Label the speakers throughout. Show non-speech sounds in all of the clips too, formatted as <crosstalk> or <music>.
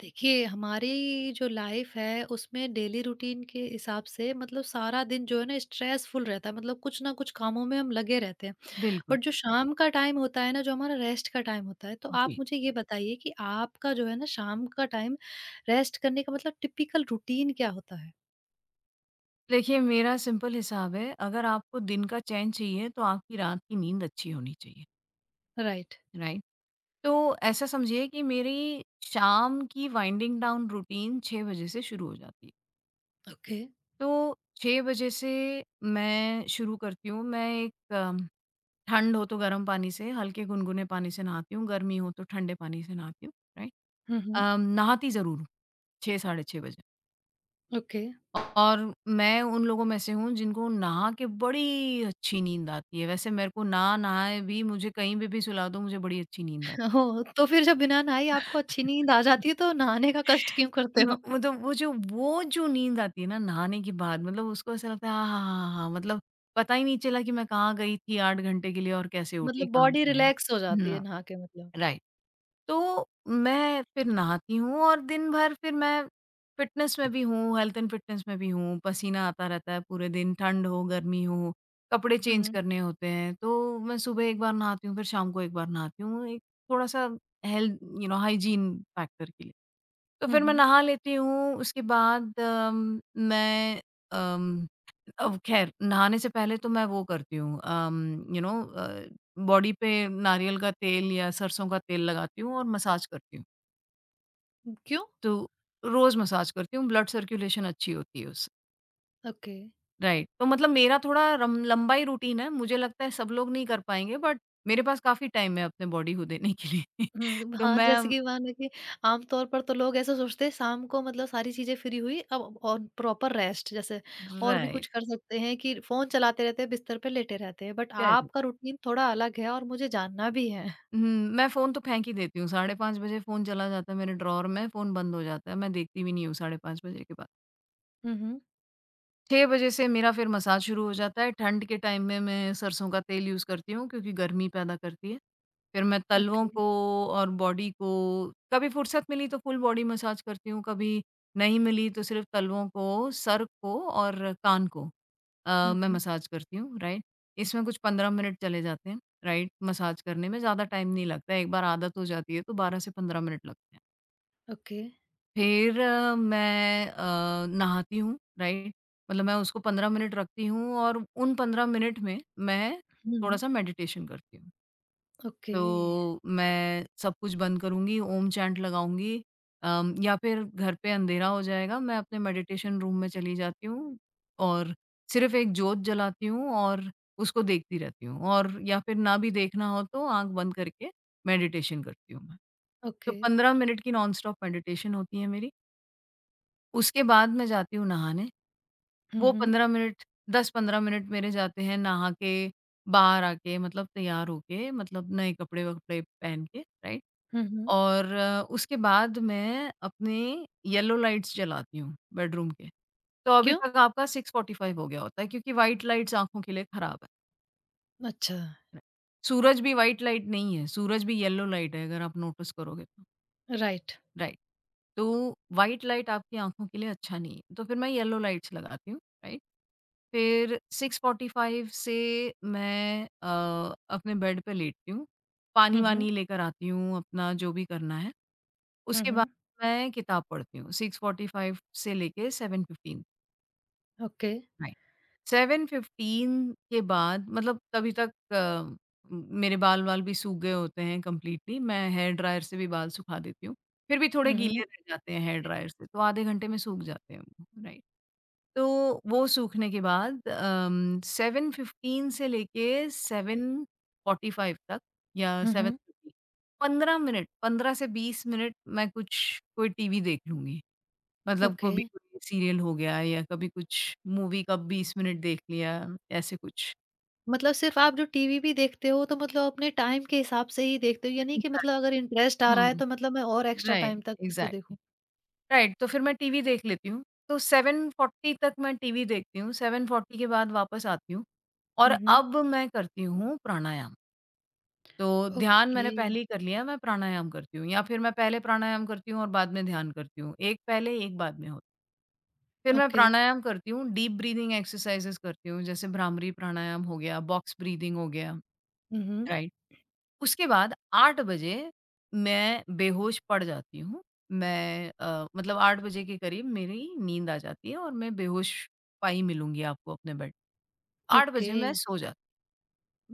Speaker 1: देखिए, हमारी जो लाइफ है उसमें डेली रूटीन के हिसाब से मतलब सारा दिन जो है ना स्ट्रेसफुल रहता है, मतलब कुछ ना कुछ कामों में हम लगे रहते हैं।
Speaker 2: बिल्कुल,
Speaker 1: बट जो शाम का टाइम होता है ना, जो हमारा रेस्ट का टाइम होता है, तो आप
Speaker 2: जी।
Speaker 1: मुझे ये बताइए कि आपका जो है ना शाम का टाइम रेस्ट करने का मतलब टिपिकल रूटीन क्या होता है?
Speaker 2: देखिए, मेरा सिंपल हिसाब है, अगर आपको दिन का चैन चाहिए, तो आपकी रात की नींद अच्छी होनी चाहिए,
Speaker 1: राइट।
Speaker 2: राइट? तो ऐसा समझिए कि मेरी शाम की वाइंडिंग डाउन रूटीन 6 बजे से शुरू हो जाती है।
Speaker 1: ओके।
Speaker 2: तो 6 बजे से मैं शुरू करती हूँ, मैं एक ठंड हो तो गर्म पानी से, हल्के गुनगुने पानी से नहाती हूँ, गर्मी हो तो ठंडे पानी से नहाती हूँ, राइट?
Speaker 1: हम्म।
Speaker 2: नहाती ज़रूर हूँ, 6 साढ़े 6 बजे।
Speaker 1: ओके,
Speaker 2: और मैं उन लोगों में से हूँ जिनको नहा के बड़ी अच्छी नींद आती है। वैसे मेरे को ना नहाए भी मुझे कहीं पे भी सुला दो मुझे बड़ी अच्छी नींद आती
Speaker 1: हो तो फिर जब बिना नहाई आपको अच्छी नींद आ
Speaker 2: है।
Speaker 1: जाती
Speaker 2: <laughs>
Speaker 1: है तो नहाने का कष्ट क्यों करते
Speaker 2: म
Speaker 1: हो?
Speaker 2: मतलब वो जो नींद आती है ना नहाने के बाद मतलब उसको ऐसा लगता है हाँ, हाँ, हाँ, हाँ हाँ। मतलब पता ही नहीं चला कि मैं कहाँ गई थी 8 घंटे के लिए और कैसे उठी
Speaker 1: मतलब
Speaker 2: कहाँ
Speaker 1: बॉडी
Speaker 2: पे आई।
Speaker 1: रिलैक्स हो जाती है
Speaker 2: हुँ,
Speaker 1: नहा के, मतलब।
Speaker 2: राइट। तो मैं फिर नहाती हूँ और दिन भर फिर मैं फ़िटनेस में भी हूँ, हेल्थ एंड फ़िटनेस में भी हूँ, पसीना आता रहता है पूरे दिन, ठंड हो, गर्मी हो, कपड़े चेंज
Speaker 1: हम्म
Speaker 2: करने होते हैं। तो मैं सुबह एक बार नहाती हूँ, फिर शाम को एक बार नहाती हूँ, एक थोड़ा-सा हेल्थ हाइजीन फैक्टर के लिए। तो
Speaker 1: हम्म।
Speaker 2: फिर मैं
Speaker 1: हम्म।
Speaker 2: नहा लेती हूँ, उसके बाद मैं अम, अब ख़ैर नहाने से पहले तो मैं वो करती हूँ um, you know uh, body पे नारियल का तेल या सरसों का तेल लगाती हूँ और मसाज करती हूँ।
Speaker 1: क्यों?
Speaker 2: तो रोज़ मसाज करती हूँ, ब्लड सर्कुलेशन अच्छी होती है उससे।
Speaker 1: ओके।
Speaker 2: राइट, तो मतलब मेरा थोड़ा रम लंबा ही रूटीन है, मुझे लगता है सब लोग नहीं कर पाएँगे बट मेरे पास काफ़ी टाइम है अपने बॉडी को देने के लिए।
Speaker 1: हुँ,
Speaker 2: <laughs> तो
Speaker 1: हाँ,
Speaker 2: मैं
Speaker 1: जैसे कि मानो कि आमतौर पर तो लोग ऐसा सोचते हैं शाम को मतलब सारी चीज़ें फ्री हुई अब, और प्रॉपर रेस्ट जैसे और भी
Speaker 2: राइट,
Speaker 1: कुछ कर सकते हैं, कि फ़ोन चलाते रहते हैं, बिस्तर पे लेटे रहते हैं। But
Speaker 2: correct.
Speaker 1: आपका रूटीन थोड़ा अलग है और मुझे जानना भी है।
Speaker 2: हुँ, मैं फ़ोन तो फेंक ही देती हूँ, साढ़े 5 बजे फ़ोन चला जाता है मेरे ड्रॉवर में, फ़ोन बंद हो जाता है, मैं देखती भी नहीं हूँ साढ़े 5 बजे के बाद।
Speaker 1: हुँ, हुँ।
Speaker 2: 6 बजे से मेरा फिर मसाज शुरू हो जाता है। ठंड के टाइम में मैं सरसों का तेल यूज़ करती हूँ क्योंकि गर्मी पैदा करती है। फिर मैं तलवों
Speaker 1: ओके।
Speaker 2: को और बॉडी को कभी फुर्सत मिली तो फुल बॉडी मसाज करती हूँ, कभी नहीं मिली तो सिर्फ़ तलवों को, सर को और कान को
Speaker 1: हुँ,
Speaker 2: मैं
Speaker 1: हुँ।
Speaker 2: मसाज करती हूँ, राइट? इसमें कुछ 15 मिनट चले जाते हैं, राइट? मसाज करने में ज़्यादा टाइम नहीं लगता है। एक बार आदत हो जाती है तो 12 से 15 मिनट लगते हैं।
Speaker 1: ओके।
Speaker 2: फिर मैं नहाती हूँ, राइट? मतलब मैं उसको 15 मिनट रखती हूँ और उन 15 मिनट में मैं
Speaker 1: हुँ, हुँ।
Speaker 2: थोड़ा-सा मेडिटेशन करती हूँ।
Speaker 1: ओके,
Speaker 2: तो मैं सब कुछ बंद करूँगी, ओम चैंट लगाऊँगी या फिर घर पे अंधेरा हो जाएगा, मैं अपने मेडिटेशन रूम में चली जाती हूँ और सिर्फ़ एक जोत जलाती हूँ और उसको देखती रहती हूँ और या फिर ना भी देखना हो तो आँख बंद करके मेडिटेशन करती हूँ मैं। तो
Speaker 1: ओके।
Speaker 2: 15 मिनट की नॉन स्टॉप मेडिटेशन होती है मेरी। उसके बाद मैं जाती हूँ नहाने।
Speaker 1: हुँ,
Speaker 2: वो
Speaker 1: हुँ।
Speaker 2: 15 मिनट 10-15 मिनट मेरे जाते हैं नहा के, बाहर आके मतलब तैयार होके मतलब नए कपड़े-वपड़े पहन के, राइट?
Speaker 1: हुँ, हुँ।
Speaker 2: और उसके बाद मैं अपने येलो लाइट्स जलाती हूँ बेडरूम के। तो अभी
Speaker 1: क्यों?
Speaker 2: तक आपका 6:45 हो गया होता है क्योंकि व्हाइट लाइट्स आँखों के लिए खराब है।
Speaker 1: अच्छा,
Speaker 2: राइट। सूरज भी व्हाइट लाइट नहीं है, सूरज भी येलो लाइट है अगर आप नोटिस करोगे तो,
Speaker 1: राइट।
Speaker 2: राइट। तो व्हाइट लाइट आपकी आँखों के लिए अच्छा नहीं है। तो फिर मैं येलो लाइट्स लगाती हूँ, राइट? फिर 6:45 से मैं अपने बेड पे लेटती हूँ।
Speaker 1: हुँ, हुँ।
Speaker 2: पानी-वानी लेकर आती हूँ, अपना जो भी करना है।
Speaker 1: हुँ,
Speaker 2: उसके बाद
Speaker 1: हुँ।
Speaker 2: मैं किताब पढ़ती हूँ, 6:45 से लेके 7:15
Speaker 1: ओके।
Speaker 2: राइट। 7:15 के बाद मतलब तभी तक मेरे बाल-वाल भी सूख गए होते हैं कंप्लीटली। मैं हेयर ड्रायर से भी बाल सुखा देती हूँ। फिर भी थोड़े
Speaker 1: हुँ,
Speaker 2: गीले
Speaker 1: हुँ।
Speaker 2: रह जाते हैं हेयर ड्रायर से, तो आधे घंटे में सूख जाते हैं वो, राइट। तो वो सूखने के बाद 7:15 से लेके 7:45 तक या
Speaker 1: हुँ, हुँ।
Speaker 2: 7:30 15 मिनट 15 से 20 मिनट मैं कुछ कोई टीवी देख लूँगी। मतलब
Speaker 1: ओके।
Speaker 2: कभी कोई सीरियल हो गया या कभी कुछ मूवी का 20 मिनट देख लिया, ऐसे कुछ।
Speaker 1: मतलब सिर्फ़ आप जो टीवी भी देखते हो तो मतलब अपने टाइम के हिसाब से ही देखते हो, ये नहीं कि मतलब
Speaker 2: एग्ज़ैक्ट
Speaker 1: अगर इंटरेस्ट आ रहा है
Speaker 2: हुँ,
Speaker 1: तो मतलब मैं और एक्स्ट्रा
Speaker 2: राइट,
Speaker 1: टाइम तक उसको
Speaker 2: एग्ज़ैक्टली।
Speaker 1: देखूँ?
Speaker 2: राइट, तो फिर मैं टीवी देख लेती हूँ। तो 7:40 तक मैं टीवी देखती हूँ, 7:40 के बाद वापस आती हूँ और
Speaker 1: हुँ, हुँ।
Speaker 2: अब मैं करती हूँ प्राणायाम। तो ध्यान
Speaker 1: ओके,
Speaker 2: मैंने पहले ही कर लिया, मैं प्राणायाम करती हूँ या फिर मैं पहले प्राणायाम करती हूँ और बाद में ध्यान करती हूँ। एक पहले, एक बाद में हो फिर मैं
Speaker 1: ओके।
Speaker 2: प्राणायाम करती हूँ, डीप ब्रीथिंग एक्सरसाइज़ेस करती हूँ, जैसे भ्रामरी प्राणायाम हो गया, बॉक्स ब्रीथिंग हो गया,
Speaker 1: हुँ, हुँ।
Speaker 2: राइट? उसके बाद 8 बजे मैं बेहोश पड़ जाती हूँ। मैं मतलब 8 बजे के करीब मेरी नींद आ जाती है और मैं बेहोश पाई मिलूँगी आपको अपने बेड। 8
Speaker 1: ओके,
Speaker 2: बजे मैं सो जाती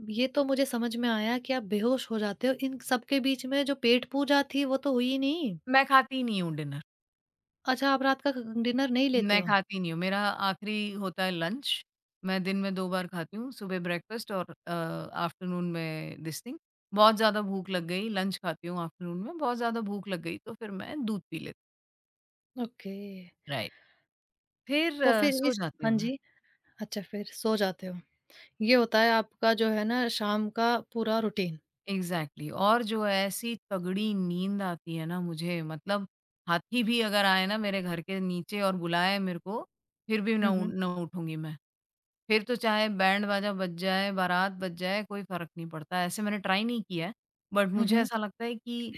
Speaker 1: ये तो मुझे समझ में आया कि आप बेहोश हो जाते हो। इन सब के बीच में जो पेट पूजा थी वो तो हुई नहीं?
Speaker 2: मैं खाती ही नहीं हूँ डिनर।
Speaker 1: अच्छा, आप रात का क डिनर नहीं लेते
Speaker 2: मैं
Speaker 1: हो?
Speaker 2: खाती नहीं हूँ, मेरा आखिरी होता है लंच, मैं दिन में 2 बार खाती हूँ, सुबह ब्रेकफ़ास्ट और आफ्टरनून में दिस थिंग। बहुत ज़्यादा भूख लग गई, लंच खाती हूँ आफ्टरनून में, बहुत ज़्यादा भूख लग गई तो फिर मैं दूध पी लेती
Speaker 1: ओके।
Speaker 2: राइट। फिर
Speaker 1: तो फिर
Speaker 2: सो
Speaker 1: इस
Speaker 2: जाती
Speaker 1: हाँ
Speaker 2: हूँ
Speaker 1: जी,
Speaker 2: मैं।
Speaker 1: अच्छा फिर सो जाते हो। ये होता है आपका जो है ना शाम का पूरा रूटीन।
Speaker 2: एग्ज़ैक्टली और जो है ऐसी तगड़ी नींद आती है ना मुझे मतलब हाथी भी अगर आए ना मेरे घर के नीचे और बुलाए मेरे को, फिर भी ना
Speaker 1: हुँ,
Speaker 2: उ
Speaker 1: हुँ।
Speaker 2: ना उठूँगी मैं। फिर तो चाहे बैंड बाजा बज जाए, बारात बज जाए, कोई फ़र्क नहीं पड़ता। ऐसे मैंने ट्राई नहीं किया है, बट
Speaker 1: हुँ,
Speaker 2: मुझे
Speaker 1: हुँ।
Speaker 2: ऐसा लगता है कि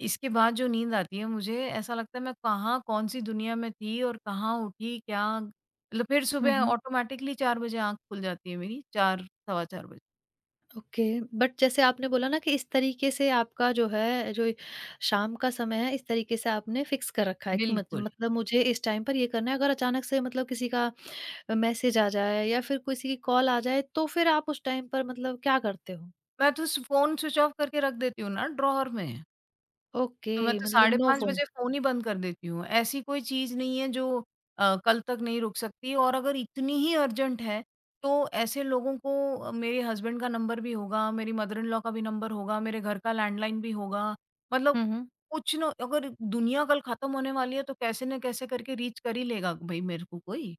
Speaker 2: इसके बाद जो नींद आती है, मुझे ऐसा लगता है मैं कहाँ कौन-सी दुनिया में थी और कहाँ उठी, क्या मतलब फिर
Speaker 1: हुँ,
Speaker 2: सुबह
Speaker 1: हुँ।
Speaker 2: ऑटोमैटिकली 4 बजे आँख खुल जाती है मेरी, 4, सवा 4 बजे।
Speaker 1: ओके, बट जैसे आपने बोला ना कि इस तरीके से आपका जो है, जो शाम का समय है, इस तरीके से आपने फिक्स कर रखा है कि मत
Speaker 2: बिल्कुल।
Speaker 1: मतलब मुझे इस टाइम पर ये करना है। अगर अचानक से मतलब किसी का मैसेज आ जाए या फिर किसी की कॉल आ जाए, तो फिर आप उस टाइम पर मतलब क्या करते हो?
Speaker 2: मैं तो स फ़ोन स्विच ऑफ करके रख देती हूँ ना ड्रॉअर में।
Speaker 1: ओके,
Speaker 2: तो मैं तो
Speaker 1: मतलब
Speaker 2: साढ़े
Speaker 1: नो
Speaker 2: 5 हुँ।
Speaker 1: फ़ोन।
Speaker 2: बजे फ़ोन ही बंद कर देती हूँ। ऐसी कोई चीज़ नहीं है जो कल तक नहीं रुक सकती और अगर इतनी ही अर्जेंट है, तो ऐसे लोगों को मेरे हस्बैंड का नंबर भी होगा, मेरी मदर इन लॉ का भी नंबर होगा, मेरे घर का लैंडलाइन भी होगा। मतलब
Speaker 1: हुँ, हुँ।
Speaker 2: कुछ न अगर दुनिया कल ख़त्म होने वाली है, तो कैसे न कैसे करके रीच कर ही लेगा भई मेरे को कोई।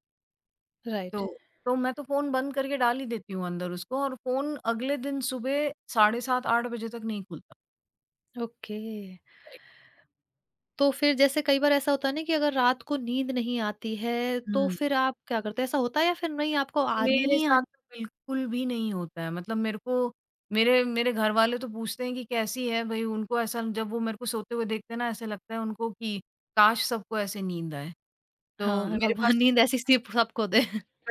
Speaker 1: राइट,
Speaker 2: तो तो मैं तो फ़ोन बंद करके डाल ही देती हूँ अंदर उसको और फ़ोन अगले दिन सुबह साढ़े 7-8 बजे तक नहीं खुलता।
Speaker 1: ओके। तो फिर जैसे कई बार ऐसा होता है ना कि अगर रात को नींद नहीं आती है, तो फिर आप क्या करते हैं? ऐसा होता है या फिर नहीं, आपको आनी
Speaker 2: मेरे
Speaker 1: ही
Speaker 2: साथ
Speaker 1: आनी
Speaker 2: तो बिल्कुल भी नहीं होता है। मतलब मेरे को मेरे मेरे घरवाले तो पूछते हैं कि कैसी है? भई उनको ऐसा जब वो मेरे को सोते हुए देखते हैं ना ऐसा लगता है उनको कि काश सबको ऐसे नींद आए। तो
Speaker 1: हाँ,
Speaker 2: मेरे
Speaker 1: भगवान
Speaker 2: पास
Speaker 1: नींद ऐसी सिर्फ़ सबको दे?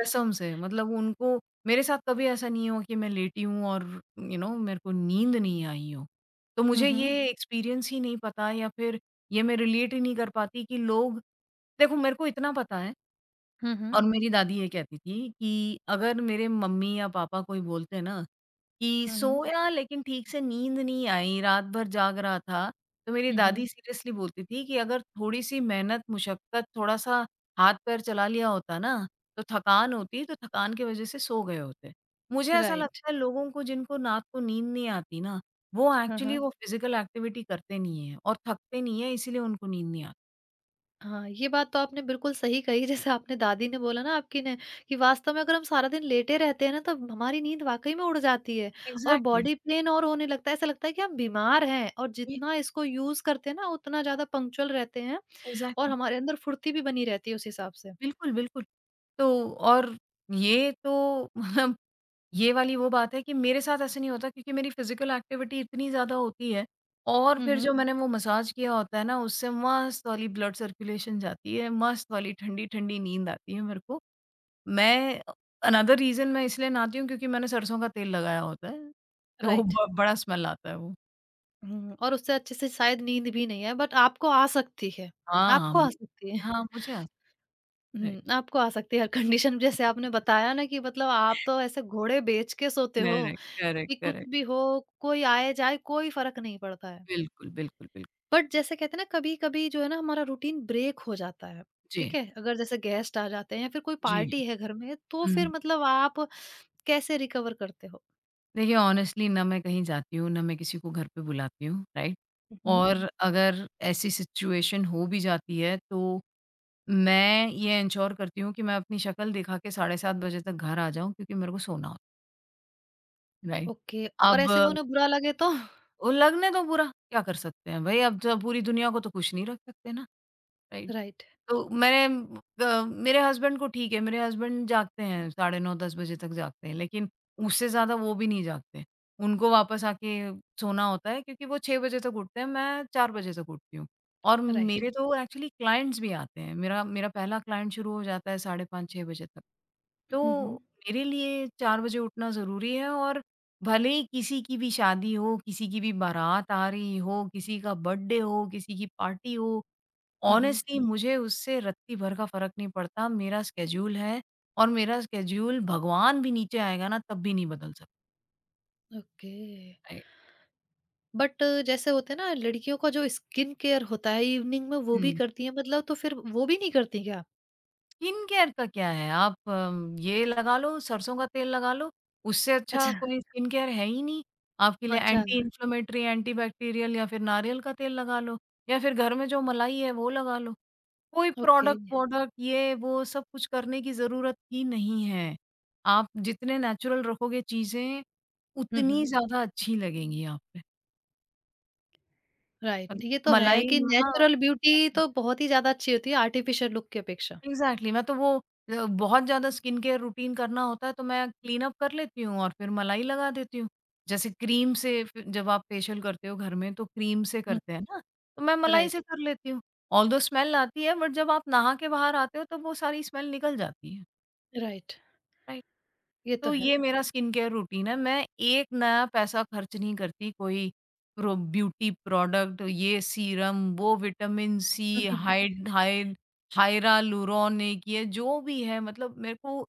Speaker 2: कसम से मतलब उनको मेरे साथ कभी ऐसा नहीं हुआ कि मैं लेटी हूँ और मेरे को नींद नहीं आई हो। तो
Speaker 1: हुँ,
Speaker 2: मुझे ये
Speaker 1: हुँ।
Speaker 2: एक्सपीरियंस ही नहीं पता या फिर ये मैं रिलेट ही नहीं कर पाती कि लोग देखो मेरे को इतना पता है
Speaker 1: हुँ, हुँ।
Speaker 2: और मेरी दादी ये कहती थी कि अगर मेरे मम्मी या पापा कोई बोलते हैं ना कि
Speaker 1: हुँ, हुँ।
Speaker 2: सोया लेकिन ठीक से नींद नहीं आई, रात भर जाग रहा था, तो मेरी
Speaker 1: हुँ, हुँ,
Speaker 2: दादी सीरियसली बोलती थी कि अगर थोड़ी-सी मेहनत, मशक्कत, थोड़ा-सा हाथ-पैर चला लिया होता ना, तो थकान होती, तो थकान की वजह से सो गए होते। मुझे ऐसा
Speaker 1: राइट।
Speaker 2: लगता है लोगों को जिनको रात को नींद नहीं आती ना, वो
Speaker 1: हाँ,
Speaker 2: एक्चुअली
Speaker 1: हाँ।
Speaker 2: वो फिज़िकल एक्टिविटी करते नहीं हैं और थकते नहीं हैं इसीलिए उनको नींद नहीं आती।
Speaker 1: हाँ, ये बात तो आपने बिल्कुल सही कही। जैसे आपने दादी ने बोला ना आपकी ने कि वास्तव में अगर हम सारा दिन लेटे रहते हैं ना तो हमारी नींद वाक़ई में उड़ जाती है, और
Speaker 2: एग्ज़ैक्टली,
Speaker 1: बॉडी पेन और होने लगता है, ऐसा लगता है कि हम बीमार हैं। और
Speaker 2: ये
Speaker 1: जितना इसको यूज़ करते हैं ना उतना ज़्यादा पंक्चुअल रहते हैं, और
Speaker 2: एग्ज़ैक्टली।
Speaker 1: हमारे अंदर फुर्ती भी बनी रहती है उस हिसाब से।
Speaker 2: बिल्कुल, बिल्कुल। तो और ये तो <laughs> ये वाली वो बात है कि मेरे साथ ऐसे नहीं होता क्योंकि मेरी फ़िज़िकल एक्टिविटी इतनी ज़्यादा होती है और
Speaker 1: हुँ,
Speaker 2: फिर
Speaker 1: हुँ।
Speaker 2: जो मैंने वो मसाज किया होता है ना, उससे मस्त वाली ब्लड सर्कुलेशन जाती है, मस्त वाली ठंडी-ठंडी नींद आती है मेरे को। मैं अनदर रीज़न मैं इसलिए नहाती हूँ क्योंकि मैंने सरसों का तेल लगाया होता है, तो वो
Speaker 1: राइट।
Speaker 2: ब बड़ा स्मेल आता है वो।
Speaker 1: हुँ, और उससे अच्छे से शायद नींद भी नहीं है बट आपको आ सकती है,
Speaker 2: हाँ, हाँ।
Speaker 1: आपको आ सकती है।
Speaker 2: हाँ, मुझे आ राइट।
Speaker 1: हुँ, आपको आ सकती है हर कंडीशन। जैसे आपने बताया ना कि मतलब आप तो ऐसे घोड़े बेच के सोते हो
Speaker 2: करेक्ट, करेक्ट,
Speaker 1: कि कुछ
Speaker 2: करेक्ट।
Speaker 1: भी हो, कोई आए जाए कोई फ़र्क नहीं पड़ता है।
Speaker 2: बिल्कुल, बिल्कुल, बिल्कुल।
Speaker 1: बट जैसे कहते हैं ना, कभी-कभी जो है ना हमारा रूटीन ब्रेक हो जाता है,
Speaker 2: जी,
Speaker 1: ठीक है? अगर जैसे गेस्ट आ जाते हैं या फिर कोई
Speaker 2: जी।
Speaker 1: पार्टी है घर में, तो फिर
Speaker 2: हुँ।
Speaker 1: मतलब आप कैसे रिकवर करते हो?
Speaker 2: देखिए ऑनेस्टली ना मैं कहीं जाती हूँ, ना मैं किसी को घर पे बुलाती हूँ, राइट?
Speaker 1: हुँ,
Speaker 2: हुँ।
Speaker 1: हुँ,
Speaker 2: और अगर ऐसी सिचुएशन हो भी जाती है तो मैं ये एन्श्योर करती हूँ कि मैं अपनी शक्ल दिखा के साढ़े 7 बजे तक घर आ जाऊँ क्योंकि मेरे को सोना होता है, राइट?
Speaker 1: ओके। और ऐसे में
Speaker 2: अब
Speaker 1: उन्हें बुरा लगे तो?
Speaker 2: ओ, लगने दो बुरा, क्या कर सकते हैं भई अब ज पूरी दुनिया को तो खुश नहीं रख सकते ना, राइट?
Speaker 1: राइट,
Speaker 2: तो मैंने ग मेरे हस्बैंड को ठीक है, मेरे हस्बैंड जागते हैं, साढ़े 9-10 बजे तक जागते हैं, लेकिन उससे ज़्यादा वो भी नहीं जागते। उनको वापस आके सोना होता है क्योंकि वो 6 बजे तक उठते हैं, मैं 4 बजे तक उठती हूँ और
Speaker 1: राइट।
Speaker 2: मेरे तो एक्चुअली क्लाइंट्स भी आते हैं। मेरा मेरा पहला क्लाइंट शुरू हो जाता है साढ़े 5-6 बजे तक।
Speaker 1: हुँ,
Speaker 2: तो
Speaker 1: हुँ।
Speaker 2: मेरे लिए 4 बजे उठना ज़रूरी है और भले ही किसी की भी शादी हो, किसी की भी बारात आ रही हो, किसी का बर्थडे हो, किसी की पार्टी हो,
Speaker 1: हुँ, हुँ,
Speaker 2: ऑनेस्टली मुझे उससे रत्ती भर का फ़र्क नहीं पड़ता। मेरा स्केड्यूल है और मेरा स्केड्यूल भगवान भी नीचे आएगा ना तब भी नहीं बदल सकता
Speaker 1: ओके। बट जैसे होते हैं ना लड़कियों का जो स्किन केयर होता है इवनिंग में, वो भी
Speaker 2: है।
Speaker 1: करती है मतलब, तो फिर वो भी नहीं करती क्या?
Speaker 2: स्किन केयर का क्या है? आप ये लगा लो, सरसों का तेल लगा लो, उससे अच्छा
Speaker 1: अच्छा,
Speaker 2: कोई स्किन केयर है ही नहीं। आपके लिए
Speaker 1: अच्छा,
Speaker 2: एंटी इन्फ्लेमेटरी, एंटी बैक्टीरियल या फिर नारियल का तेल लगा लो या फिर घर में जो मलाई है वो लगा लो। कोई
Speaker 1: ओके।
Speaker 2: प्रोडक्ट-वोडक्ट ये वो सब कुछ करने की ज़रूरत ही नहीं है। आप जितने नेचुरल रखोगे चीज़ें,
Speaker 1: हुँ,
Speaker 2: उतनी
Speaker 1: हुँ।
Speaker 2: ज़्यादा अच्छी लगेंगी आप पे।
Speaker 1: राइट, ये
Speaker 2: मतलब
Speaker 1: तो है
Speaker 2: मलाई
Speaker 1: कि
Speaker 2: हाँ,
Speaker 1: नेचुरल ब्यूटी
Speaker 2: एग्ज़ैक्टली।
Speaker 1: तो बहुत ही ज़्यादा अच्छी होती है आर्टिफिशियल लुक की अपेक्षा।
Speaker 2: एग्ज़ैक्टली मैं तो वो बहुत ज़्यादा स्किन केयर रूटीन करना होता है तो मैं क्लीनअप कर लेती हूँ और फिर मलाई लगा देती हूँ। जैसे क्रीम से फ़िर जब आप फेशियल करते हो घर में तो क्रीम से
Speaker 1: हुँ,
Speaker 2: करते हैं ना, तो मैं मलाई
Speaker 1: राइट,
Speaker 2: से कर लेती हूँ। ऑल्दो स्मेल आती है बट जब आप नहा के बाहर आते हो तो वो सारी स्मेल निकल जाती है।
Speaker 1: Right,
Speaker 2: right?
Speaker 1: ये तो
Speaker 2: तो
Speaker 1: है।
Speaker 2: ये मेरा स्किन केयर रूटीन है। मैं एक नया पैसा खर्च नहीं करती कोई प्रो ब्यूटी प्रोडक्ट, ये सीरम, वो विटामिन सी,
Speaker 1: हम्म।
Speaker 2: हाइड हाइड हाइरालुरोनिक ये जो भी है मतलब मेरे को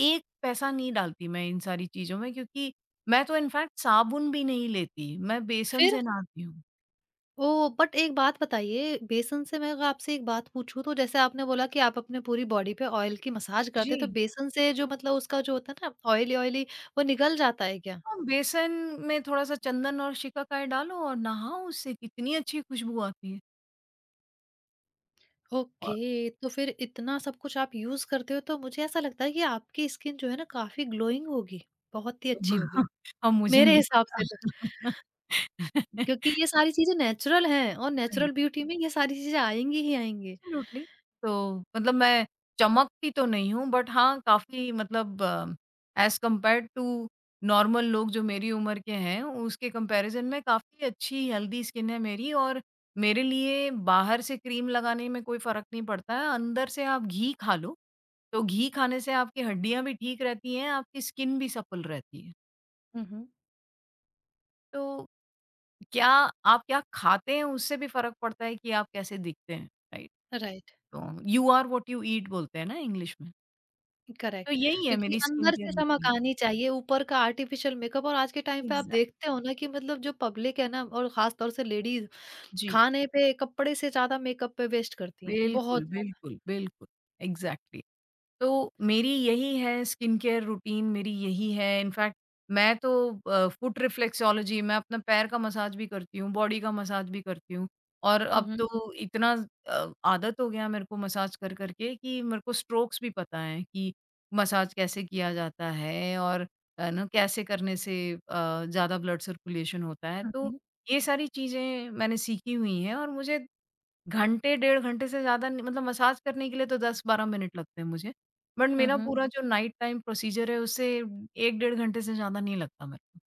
Speaker 2: एक पैसा नहीं डालती मैं इन सारी चीज़ों में क्योंकि मैं तो इनफैक्ट साबुन भी नहीं लेती, मैं बेसन
Speaker 1: फिर
Speaker 2: से नहाती हूँ।
Speaker 1: ओह! बट एक बात बताइए बेसन से, मैं अगर आपसे एक बात पूछूँ तो जैसे आपने बोला कि आप अपने पूरी बॉडी पे ऑयल की मसाज करते हैं, तो
Speaker 2: जी।
Speaker 1: बेसन से जो मतलब उसका जो होता है ना ऑयली-ऑयली वो निकल जाता है क्या?
Speaker 2: हाँ, बेसन में थोड़ा-सा चंदन और शिकाकाई डालो और नहाओ उससे कितनी अच्छी खुशबू आती है और
Speaker 1: ओके, तो फिर इतना सब कुछ आप यूज़ करते हो, तो मुझे ऐसा लगता है कि आपकी स्किन जो है ना काफ़ी ग्लोइंग होगी, बहुत ही अच्छी होगी,
Speaker 2: <laughs> अब मुझे
Speaker 1: मेरे
Speaker 2: नहीं
Speaker 1: हिसाब से
Speaker 2: पता।
Speaker 1: तो।
Speaker 2: <laughs>
Speaker 1: क्योंकि ये सारी चीज़ें नेचुरल हैं, और नेचुरल ब्यूटी में ये सारी चीज़ें आएँगी ही आएँगी।
Speaker 2: एब्सोल्युटली। तो मतलब मैं चमकती तो नहीं हूँ बट हाँ, काफ़ी मतलब एज़ कम्पेयर्ड टू नॉर्मल लोग जो मेरी उम्र के हैं, उसके कंपैरिज़न में काफ़ी अच्छी हेल्दी स्किन है मेरी और मेरे लिए बाहर से क्रीम लगाने में कोई फ़र्क नहीं पड़ता है, अंदर से आप घी खा लो, तो घी खाने से आपकी हड्डियाँ भी ठीक रहती हैं, आपकी स्किन भी सप्पल रहती है।
Speaker 1: हुँ, हुँ।
Speaker 2: तो क्या आप क्या खाते हैं उससे भी फ़र्क पड़ता है कि आप कैसे दिखते हैं? राइट।
Speaker 1: राइट,
Speaker 2: तो you are what you eat बोलते हैं ना इंग्लिश में। तो
Speaker 1: करेक्ट।
Speaker 2: यही है
Speaker 1: क्योंकि
Speaker 2: मेरी स्किन
Speaker 1: अंदर
Speaker 2: केयर
Speaker 1: से चमक
Speaker 2: रूटीन।
Speaker 1: आनी चाहिए, ऊपर का आर्टिफ़िशियल मेकअप, और आज के टाइम पे आप
Speaker 2: एग्ज़ैक्ट
Speaker 1: देखते हो ना कि मतलब जो पब्लिक है ना, और ख़ास तौर से लेडीज़,
Speaker 2: जी।
Speaker 1: खाने पे, कपड़े से ज़्यादा मेकअप पे वेस्ट करती हैं, बहुत
Speaker 2: बिल्कुल,
Speaker 1: ज़्यादा।
Speaker 2: बिल्कुल, बिल्कुल। एग्ज़ैक्टली। तो मेरी यही है स्किन केयर रूटीन मेरी यही है। इनफैक्ट मैं तो फुट रिफ्लेक्सोलॉजी मैं अपना पैर का मसाज भी करती हूँ, बॉडी का मसाज भी करती हूँ। और
Speaker 1: हुँ,
Speaker 2: अब
Speaker 1: हुँ।
Speaker 2: तो इतना आदत हो गया मेरे को मसाज कर के कि मेरे को स्ट्रोक्स भी पता हैं कि मसाज कैसे किया जाता है और है ना कैसे करने से ज़्यादा ब्लड सर्कुलेशन होता है।
Speaker 1: हुँ,
Speaker 2: तो
Speaker 1: हुँ।
Speaker 2: ये सारी चीज़ें मैंने सीखी हुई हैं और मुझे घंटे, डेढ़ घंटे से ज़्यादा नहीं मतलब मसाज करने के लिए तो 10-12 मिनट लगते हैं मुझे। बट
Speaker 1: हुँ,
Speaker 2: मेरा
Speaker 1: हुँ।
Speaker 2: पूरा जो नाइट टाइम प्रोसीजर है उससे 1 डेढ़ घंटे से ज़्यादा नहीं लगता मेरे को।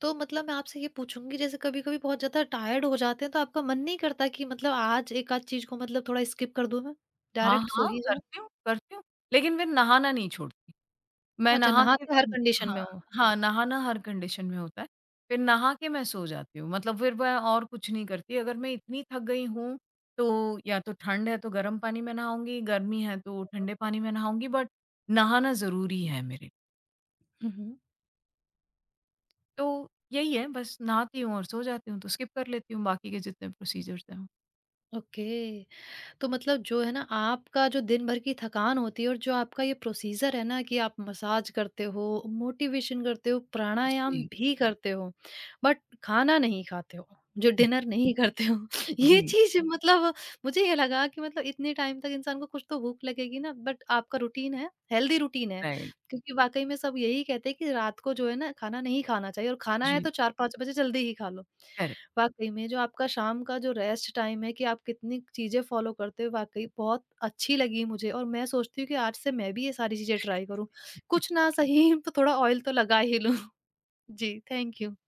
Speaker 1: तो मतलब मैं आपसे ये पूछूँगी जैसे कभी-कभी बहुत ज़्यादा टायर्ड हो जाते हैं, तो आपका मन नहीं करता कि मतलब आज एक आध चीज़ को मतलब थोड़ा स्किप कर दूँ मैं?
Speaker 2: हाँ,
Speaker 1: डायरेक्ट सो
Speaker 2: हाँ,
Speaker 1: ही जाऊँ?
Speaker 2: करती हूँ, लेकिन मैं नहाना नहीं छोड़ती। मैं
Speaker 1: अच्छा,
Speaker 2: नहा के
Speaker 1: नहाते हर कंडीशन में
Speaker 2: हाँ,
Speaker 1: हो।
Speaker 2: हाँ, नहाना हर कंडीशन में होता है। फिर नहा के मैं सो जाती हूँ, मतलब फिर मैं और कुछ नहीं करती। अगर मैं इतनी थक गई हूँ, तो या तो ठंड है तो गर्म पानी में नहाऊँगी, गर्मी है तो ठंडे पानी में नहाऊँगी बट नहाना ज़रूरी है मेरे लिए।
Speaker 1: हुँ, हुँ।
Speaker 2: तो यही है बस नहाती हूँ और सो जाती हूँ, तो स्किप कर लेती हूँ बाकी के जितने प्रोसीजर्स हैं।
Speaker 1: ओके। तो मतलब जो है ना आपका जो दिन भर की थकान होती है, और जो आपका ये प्रोसीजर है ना कि आप मसाज करते हो, मोटिवेशन करते हो, प्राणायाम
Speaker 2: जी।
Speaker 1: भी करते हो, बट खाना नहीं खाते हो, जो
Speaker 2: <laughs>
Speaker 1: डिनर नहीं करते हो। <laughs> ये
Speaker 2: जी,
Speaker 1: चीज़ मतलब मुझे ये लगा कि मतलब इतने टाइम तक इंसान को कुछ तो भूख लगेगी ना, बट आपका रूटीन है, हेल्दी रूटीन है।
Speaker 2: राइट।
Speaker 1: क्योंकि वाक़ई में सब यही कहते हैं कि रात को जो है ना खाना नहीं खाना चाहिए, और खाना है
Speaker 2: जी,
Speaker 1: तो 4-5 बजे जल्दी ही खा लो।
Speaker 2: <laughs> करेक्ट।
Speaker 1: वाक़ई में जो आपका शाम का जो रेस्ट टाइम है, कि आप कितनी चीज़ें फ़ॉलो करते हो, वाक़ई बहुत अच्छी लगी मुझे, और मैं सोचती हूँ कि आज से मैं भी ये सारी चीज़ें ट्राई करूँ। कुछ ना सही <laughs> तो थोड़ा ऑयल तो लगा ही लूँ। <laughs> जी, थैंक यू।